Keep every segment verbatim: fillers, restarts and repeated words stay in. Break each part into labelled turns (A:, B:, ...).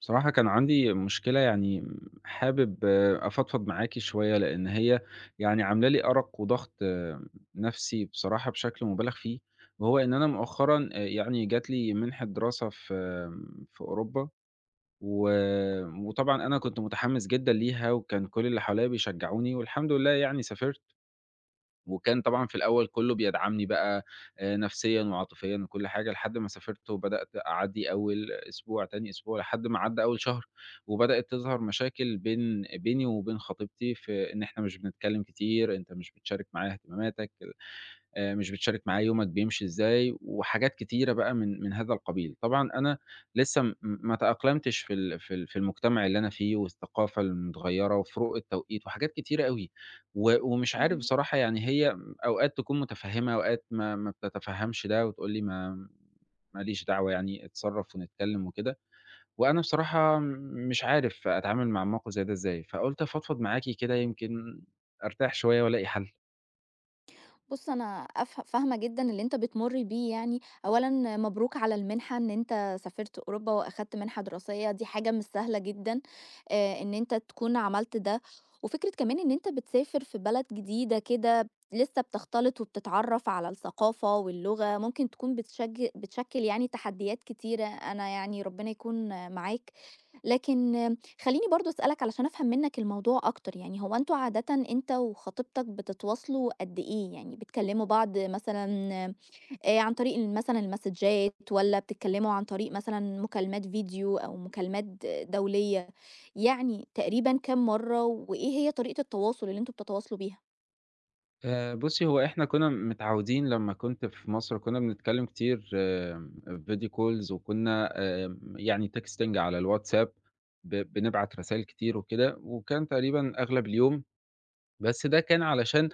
A: بصراحة كان عندي مشكلة يعني م- حابب آه، أفضفض معاكي شوية لأن هي يعني عاملة لي أرق وضغط آه، نفسي بصراحة بشكل مبالغ فيه وهو إن أنا مؤخرا آه، يعني جات لي منحة دراسة في آه، في أوروبا. و- وطبعا أنا كنت متحمس جدا ليها وكان كل اللي حواليا بيشجعوني والحمد لله يعني سافرت. وكان طبعًا في الأول كلّه بيدعمني بقى آآ نفسيًا وعاطفيًا وكل حاجة، لحد ما سافرت وبدأت أعدّي أول أسبوع، تاني أسبوع، لحد ما عدّى أول شهر، وبدأت تظهر مشاكل بين بيني وبين خطيبتي في إن إحنا مش بنتكلّم كتير، أنت مش بتشارك معايا اهتماماتك. آآ مش بتشارك معاه يومك بيمشي إزاي، وحاجات كتيرة بقى من من هذا القبيل. طبعًا أنا لسه م ما تأقلمتش في ال في ال في المجتمع اللي أنا فيه والثقافة المتغيّرة وفروق التوقيت وحاجات كتيرة أوي، و ومش عارف
B: فاهماك.
A: بصراحة يعني هي أوقات تكون متفهّمة، أوقات ما ما بتتفهّمش ده وتقول لي ما ما ليش دعوة يعني اتصرّف ونتكلّم وكده، وأنا بصراحة مش عارف أتعامل مع موقف زي ده إزاي، فقُلت أفضفض معاكِ كده يمكن أرتاح شوية وألاقي حل.
B: بُص أنا أف فاهمة جدًا اللي أنت بتمُر بيه يعني، أولًا مبروك على المنحة إن أنت سافرت أوروبا وأخدت منحة دراسية، دي حاجة مش سهلة جدًا آآ، إن أنت تكون عملت ده، وفكرة كمان إن أنت بتسافر في بلد جديدة كده لسه بتختلط وبتتعرّف على الثقافة واللغة، ممكن تكون بتشج بتشكِّل يعني تحديات كتيرة، أنا يعني ربنا يكون معاك. لكن خلّيني برضه أسألك علشان أفهم منّك الموضوع أكتر، يعني هو أنتم عادةً أنت وخطيبتك بتتواصلوا قد إيه؟ يعني بتكلّموا بعض مثلًا آآ عن طريق ال مثلًا المسدجات والّا بتتكلّموا عن طريق مثلًا مكالمات فيديو أو مكالمات دولية؟ يعني تقريبًا كام مرّة، وإيه هي طريقة التواصل اللي أنتم بتتواصلوا بيها؟
A: آآ بُصّي، هو إحنا كُنّا متعوّدين لمّا كنت في مصر كُنّا بنتكلّم كتير آمم video calls وكُنّا آمم يعني texting على الWhatsApp. ب بنبعت رسايل كتير وكده، وكان تقريبًا أغلب اليوم. بس ده كان علشان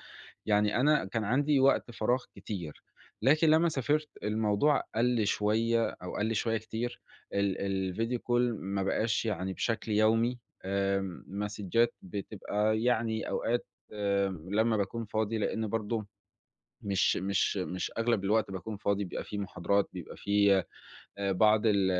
A: يعني أنا كان عندي وقت فراغ كتير، لكن لمّا سافرت الموضوع قَل شوية أو قَل شوية كتير. ال الvideo call ما بقاش يعني بشكل يومي. آمم، مسدجات بتبقى يعني أوقات آمم، لمّا باكون فاضي لإن برضه مش مش مش أغلب الوقت باكون فاضي، بيبقى في محاضرات، بيبقى في آآ بعض ال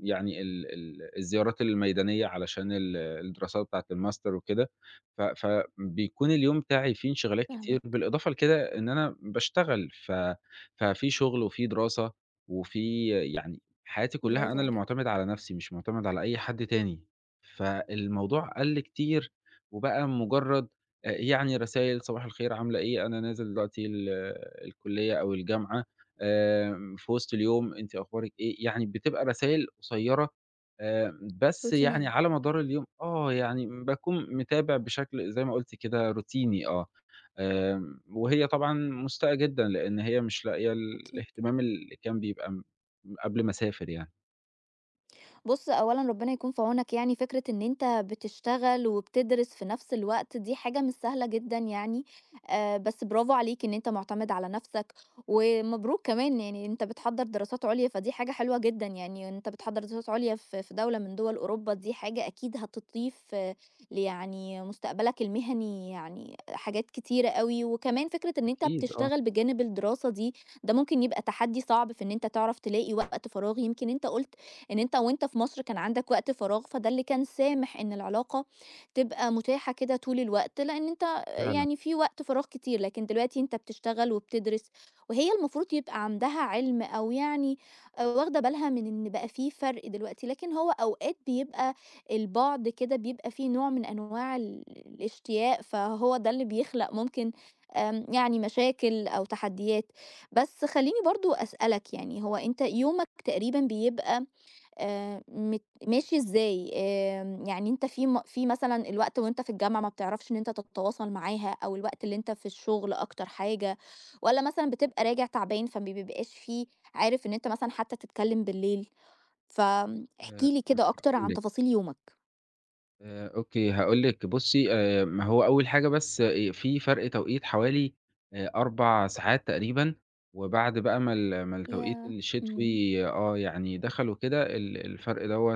A: يعني ال ال الزيارات الميدانية علشان ال الدراسات بتاعة الماستر وكده، ف فبيكون اليوم بتاعي فيه انشغالات كتير،
B: فاهماك،
A: بالإضافة لكده إن أنا باشتغل. ف ففي شغل وفي دراسة وفي يعني حياتي كلها
B: برافو
A: أنا اللي
B: عليك.
A: مُعتمد على نفسي، مش مُعتمد على أي حد تاني. فالموضوع قَل كتير وبقى مجرد آآ يعني رسايل صباح الخير عاملة إيه، أنا نازل دلوقتي ال الكلية أو الجامعة. آآ في وسط اليوم، أنتِ أخبارِك إيه؟ يعني بتبقى رسايل قصيّرة آآ بس يعني
B: روتينية.
A: على مدار اليوم آه، يعني باكون متابع بشكل زي ما قُلتِ كده روتيني آه. آمم وهي طبعًا مُسيئة جدًا، لإن هي مش لاقية
B: أكيد.
A: الاهتمام اللي كان بيبقى م قبل ما أسافر يعني.
B: بُص، أولًا ربنا يكون في عونك يعني فكرة إن أنت بتشتغل وبتدرس في نفس الوقت دي حاجة مش سهلة جدًا يعني، آآ، بس برافو عليك إن أنت معتمد على نفسك، ومبروك كمان يعني أنت بتحضّر دراسات عليا، فدي حاجة حلوة جدًا يعني أنت بتحضّر دراسات عليا في في دولة من دول أوروبا، دي حاجة أكيد هتضيف ل يعني مستقبلك المهني يعني حاجات كتيرة أوي، وكمان فكرة إن أنت
A: أكيد، آه.
B: بتشتغل بجانب الدراسة دي، ده ممكن يبقى تحدي صعب في إن أنت تعرف تلاقي وقت فراغ، يمكن أنت قُلت إن أنت وأنت في مصر كان عندك وقت فراغ، فده اللي كان سامح إن العلاقة تبقى متاحة كده طول الوقت، لإن أنت
A: فعلًا.
B: يعني في وقت فراغ كتير، لكن دلوقتي أنت بتشتغل وبتدرس، وهي المفروض يبقى عندها علم أو يعني آآ واخدة بالها من إن بقى في فرق دلوقتي، لكن هو أوقات بيبقى البعد كده بيبقى فيه نوع من أنواع ال الاشتياق، فهو ده اللي بيخلق ممكن آمم يعني مشاكل أو تحديات. بس خلّيني برضه أسألك يعني هو أنت يومك تقريبًا بيبقى آآ مت ماشي إزاي؟ آمم يعني أنت في م في مثلًا الوقت وأنت في الجامعة ما بتعرفش إن أنت تتواصل معاها، أو الوقت اللي أنت في الشغل أكتر حاجة، والّا مثلًا بتبقى راجع تعبان فما بيبقاش في عارف إن أنت مثلًا حتى تتكلم بالليل؟
A: آآ
B: فاحكِ لي كده أكتر
A: قُل
B: عن
A: لي.
B: تفاصيل يومك.
A: آآ أوكي، هاقول لِك بُصّي، آآ ما هو أول حاجة بس آآ في فرق توقيت حوالي آآ 4 ساعات تقريبًا، وبعد بقى ما ال ما التوقيت
B: ياه! إمم،
A: الشتوي آه، يعني دخل وكده ال الفرق دوّة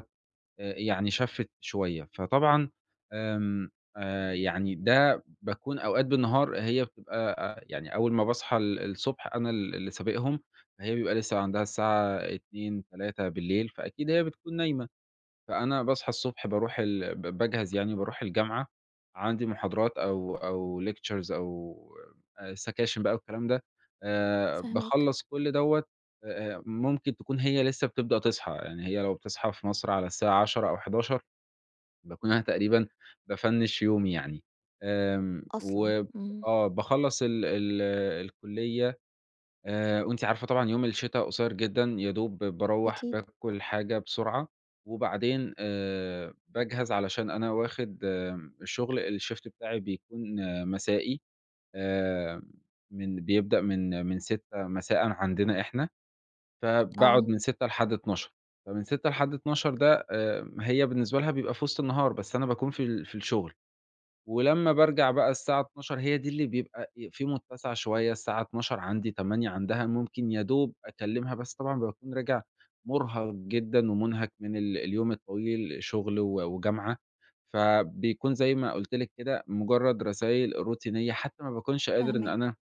A: آآ يعني شَفِّت شوية، فطبعًا آمم آآ يعني ده باكون أوقات بالنهار هي بتبقى آآ يعني أول ما باصحى ال الصبح أنا ال اللي سابقهم، فهي بيبقى لسه عندها الساعة اتنين، تلاتة فأكيد هي بتكون نايمة. فأنا باصحى الصبح باروح ال ب باجهز يعني باروح الجامعة، عندي محاضرات أو أو lectures أو آآ سكاشن بقى والكلام ده. آآ
B: فاهماك.
A: باخلّص كل دوّة. آآ ممكن تكون هي لسه بتبدأ تصحى، يعني هي لو بتصحى في مصر على الساعة عشرة أو حداشر باكون أنا تقريبًا بافنِّش يومي يعني. آمم،
B: أصلًا،
A: و
B: إمم.
A: آه باخلّص ال ال الكلية. آآ وأنتِ عارفة طبعًا يوم الشتا قصير جدًا، يا دوب باروّح
B: أكيد.
A: باكل حاجة بسرعة. وبعدين آآ باجهز علشان أنا واخد آمم الشغل الShift بتاعي بيكون آه، مسائي، آآ من بيبدأ من من ستة مساءً عندنا إحنا، فباقعد
B: آه.
A: من ستة لحد اتناشر. فمن ستة لحد اتناشر ده آآ هي بالنسبة لها بيبقى في وسط النهار، بس أنا باكون في ال في الشغل. ولمّا بارجع بقى الساعة الثانية عشرة هي دي اللي بيبقى ي في متسع شوية، الساعة اتناشر عندي، تمانية عندها، ممكن يا دوب أكلمها، بس طبعًا باكون راجع مُرهق جدًا ومُنهك من ال اليوم الطويل، شغل و وجامعة، فبيكون زي ما قُلت لِك كده مجرد رسايل روتينية، حتى ما باكونش قادر إن
B: فاهماك،
A: أنا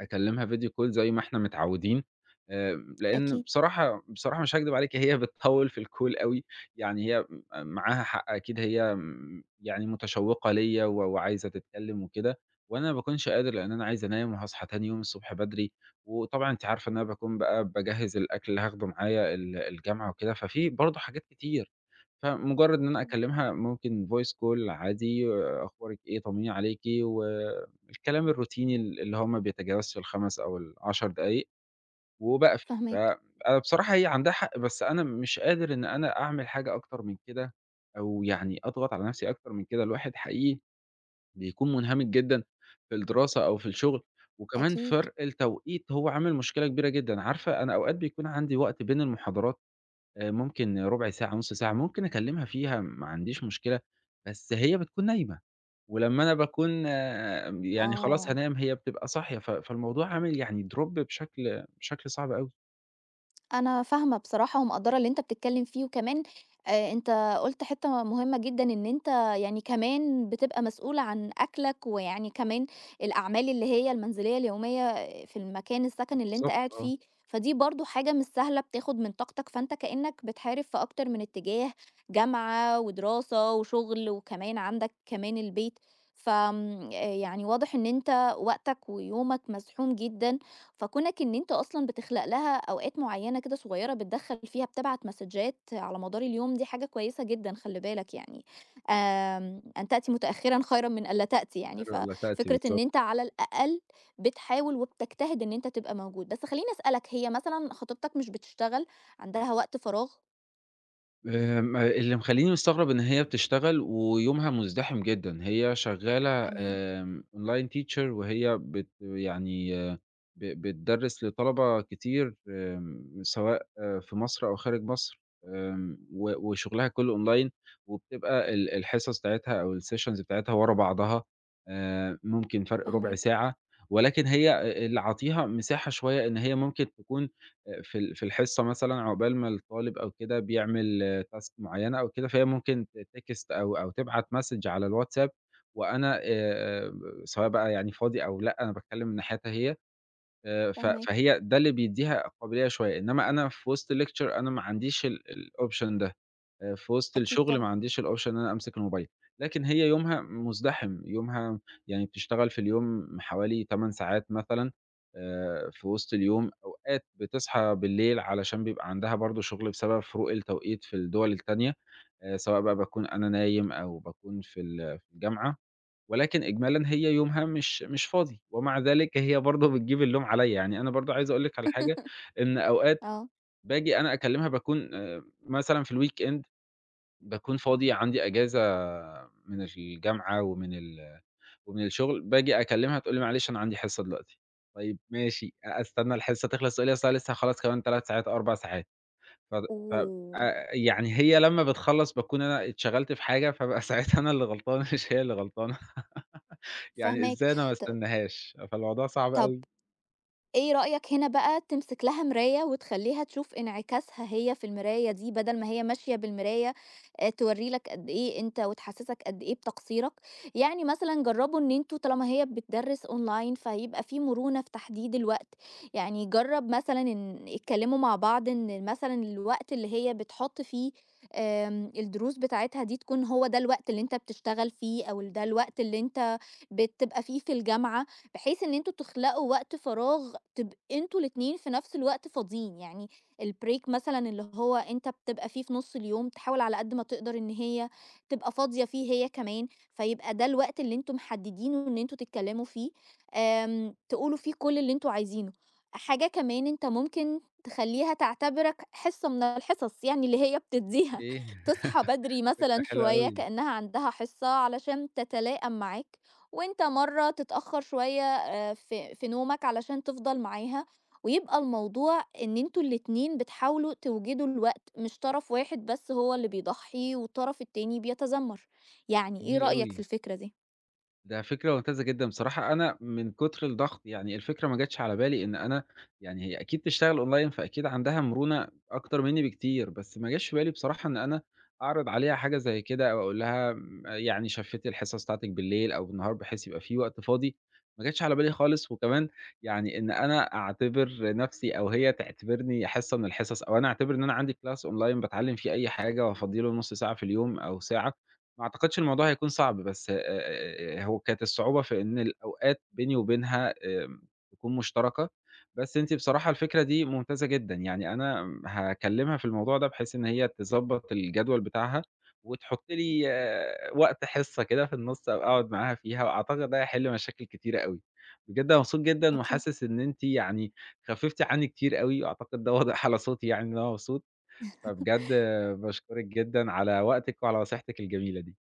A: أكلّمها video call زي ما إحنا متعوّدين، آآ لإن
B: أكيد.
A: بصراحة بصراحة مش هاكدب عليكِ هي بتطوّل في الcall أوي، يعني هي م معاها حق أكيد هي م يعني متشوّقة ليّا و وعايزة تتكلّم وكده، وأنا ما باكونش قادر لإن أنا عايز أنام وهاصحى تاني يوم الصبح بدري، وطبعًا أنتِ عارفة إن أنا باكون بقى باجهّز الأكل اللي هاخده معايا ال الجامعة وكده، ففي برضه حاجات كتير، فمجرّد إن أنا
B: إمم.
A: أكلّمها ممكن voice call عادي، آه، أخبارِك إيه، طمنيني عليكِ و الكلام الروتيني ال اللي هو ما بيتجاوزش الخمسة أو العشرة دقايق وباقفل. ف
B: فاهماك،
A: أنا بصراحة هي عندها حق، بس أنا مش قادر إن أنا أعمل حاجة أكتر من كده، أو يعني أضغط على نفسي أكتر من كده، الواحد حقيقي بيكون منهمك جدًا في الدراسة أو في الشغل، وكمان
B: أكيد.
A: فرق التوقيت هو عامل مشكلة كبيرة جدًا، عارفة أنا أوقات بيكون عندي وقت بين المحاضرات آآ ممكن ربع ساعة، نُص ساعة، ممكن أكلّمها فيها ما عنديش مشكلة، بس هي بتكون نايمة، ولمّا أنا باكون يعني خلاص
B: آه.
A: هانام هي بتبقى صاحية. ف فالموضوع عامل يعني drop بشكل بشكل صعب أوي.
B: أنا فاهمة بصراحة ومقدّرة اللي أنت بتتكلّم فيه، وكمان آآ أنت قُلت حتّة مهمة جدًا إن أنت يعني كمان بتبقى مسؤول عن أكلك، ويعني كمان الأعمال اللي هي المنزلية اليومية في المكان السكن اللي أنت
A: بالضبط،
B: قاعد
A: آه.
B: فيه، فدي برضه حاجة مش سهلة بتاخد من طاقتك، فأنت كإنّك بتحارب في أكتر من اتجاه، جامعة ودراسة وشغل، وكمان عندك كمان البيت، فآمم يعني واضح إن أنت وقتك ويومك مزحوم جدًا فكونك إن أنت أصلًا بتخلق لها أوقات معيّنة كده صغيّرة بتدخّل فيها بتبعت مسدجات على مدار اليوم، دي حاجة كويسة جدًا خلّي بالك يعني، آمم، أن تأتي متأخرًا خيرًا من ألا تأتي يعني،
A: لا تأتي
B: ففكرة إن
A: بالضبط.
B: أنت على الأقل بتحاول وبتجتهد إن أنت تبقى موجود، بس خلّيني أسألك هي مثلًا خطيبتك مش بتشتغل، عندها وقت فراغ؟
A: آمم، اللي مخلّيني مستغرب إن هي بتشتغل ويومها مُزدحم جدًا، هي شغّالة
B: تمام،
A: آمم online teacher وهي بت يعني ب بتدرّس لطلبة كتير آمم، سواء آه، في مصر أو خارج مصر، آمم، و وشغلها كلّه online وبتبقى ال الحصص بتاعتها أو الsessions بتاعتها ورا بعضها آآ، ممكن فرق رُبع
B: فاهماك،
A: ساعة، ولكن هي أ اللي عاطيها مساحة شوية إن هي ممكن تكون آآ في ال في الحصة مثلًا عقبال ما الطالب أو كده بيعمل task معيّنة أو كده، فهي ممكن ت text أو أو تبعت message على الواتساب. وأنا آآ سواء بقى يعني فاضي أو لأ، أنا باتكلّم من ناحيتها هي. آآ ف
B: فاهماك،
A: فهي ده اللي بيدّيها قابلية شوية، إنّما أنا في وسط الlecture أنا ما عنديش ال الoption ده. آآ في وسط
B: أكيد
A: الشغل ما
B: طبعًا،
A: عنديش الoption إن أنا أمسك الموبايل، لكن هي يومها مُزدحم، يومها يعني بتشتغل في اليوم حوالي 8 ساعات مثلًا آآ في وسط اليوم، أوقات بتصحى بالليل علشان بيبقى عندها برضه شغل بسبب فروق التوقيت في الدول التانية، آآ سواء بقى باكون أنا نايم أو باكون في ال في الجامعة، ولكن إجمالًا هي يومها مش مش فاضي، ومع ذلك هي برضه بتجيب اللوم عليَّ، يعني أنا برضه عايز أقول لِك على حاجة، إن أوقات
B: آه،
A: باجي أنا أكلمها باكون آآ مثلًا في الweekend باكون فاضي، عندي أجازة من الجامعة ومن ال ومن الشغل، باجي أكلمها تقول لي: "معلش أنا عندي حصة دلوقتي." طيب ماشي. أ أستنى الحصة تخلص، تقول لي: "أصل أنا لسه هاخلّص كمان 3 ساعات، 4 ساعات." فد ف
B: و
A: يعني هي لمّا بتخلّص باكون أنا اتشغلت في حاجة، فابقى ساعتها أنا اللي غلطان مش هي اللي غلطانة، يعني
B: فاهماك،
A: إزاي أنا ما
B: ط
A: استناهاش؟ فالموضوع صعب
B: طَب
A: أوي.
B: إيه رأيك هنا بقى تمسك لها مراية وتخلّيها تشوف انعكاسها هي في المراية دي، بدل ما هي ماشية بالمراية آآ تورّي لك قد إيه أنت وتحسّسك قد إيه بتقصيرك، يعني مثلًا جرّبوا إن أنتم طالما هي بتدرّس أونلاين فيبقى في مرونة في تحديد الوقت، يعني جرّب مثلًا إن اتكلّموا مع بعض إن مثلًا الوقت اللي هي بتحُط فيه آمم الدروس بتاعتها دي تكون هو ده الوقت اللي أنت بتشتغل فيه أو ال ده الوقت اللي أنت بتبقى فيه في الجامعة، بحيث إن أنتم تخلقوا وقت فراغ تبقى أنتم الاتنين في نفس الوقت فاضيين يعني البريك مثلا اللي هو أنت بتبقى فيه في نص اليوم تحاول على قد ما تقدر إن هي تبقى فاضية فيه هي كمان فيبقى ده الوقت اللي أنتم محددينه إن أنتوا تتكلموا فيه آم، تقولوا فيه كل اللي أنتوا عايزينه حاجة كمان أنت ممكن تخليها تعتبرك حصة من الحصص يعني اللي هي بتديها
A: إيه؟
B: تصحى بدري
A: فكرة
B: مثلا
A: حلوة
B: شوية
A: أوي.
B: كأنها عندها حصة علشان تتلائم معاك وأنت مرّة تتأخّر شوية آآ في في نومك علشان تفضل معاها، ويبقى الموضوع إن أنتم الاتنين بتحاولوا توجدوا الوقت، مش طرف واحد بس هو اللي بيضحّي والطرف التاني بيتذمّر. يعني إيه
A: جميل
B: رأيك في
A: أوي.
B: الفكرة دي؟
A: ده فكرة ممتازة جدًا بصراحة، أنا من كتر الضغط يعني الفكرة ما جاتش على بالي إن أنا يعني هي أكيد بتشتغل أونلاين، فأكيد عندها مرونة أكتر منّي بكتير، بس ما جاش في بالي بصراحة إن أنا أعرض عليها حاجة زي كده أو أقول لها م يعني شفتِ الحصص بتاعتِك بالليل أو بالنهار بحيث يبقى في وقت فاضي، ما جاتش على بالي خالص، وكمان يعني إن أنا أعتبر نفسي أو هي تعتبرني حصة من الحصص أو أنا أعتبر إن أنا عندي class أونلاين باتعلم فيه أي حاجة وأفضّي له نُص ساعة في اليوم أو ساعة. ما أعتقدش الموضوع هيكون صعب، بس آآ آآ هو كانت الصعوبة في إن الأوقات بيني وبينها آمم تكون مشتركة، بس أنتِ بصراحة الفكرة دي ممتازة جدًا، يعني أنا م هاكلمها في الموضوع ده بحيث إن هي تضبّط الجدول بتاعها، وتحُط لي آه، وقت حصة كده في النُص أبقى أقعد معاها فيها، وأعتقد ده هيحل مشاكل كتيرة أوي. بجد أنا مبسوط جدًا
B: أكيد.
A: وحاسس إن أنتِ يعني خفّفتِ عنّي كتير أوي، وأعتقد ده واضح على صوتي يعني إن أنا مبسوط، فبجد باشكرِك جدًا على وقتِك وعلى نصيحتِك الجميلة دي.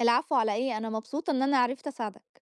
B: العفو على إيه، أنا مبسوطة إن أنا عرفت أساعدك.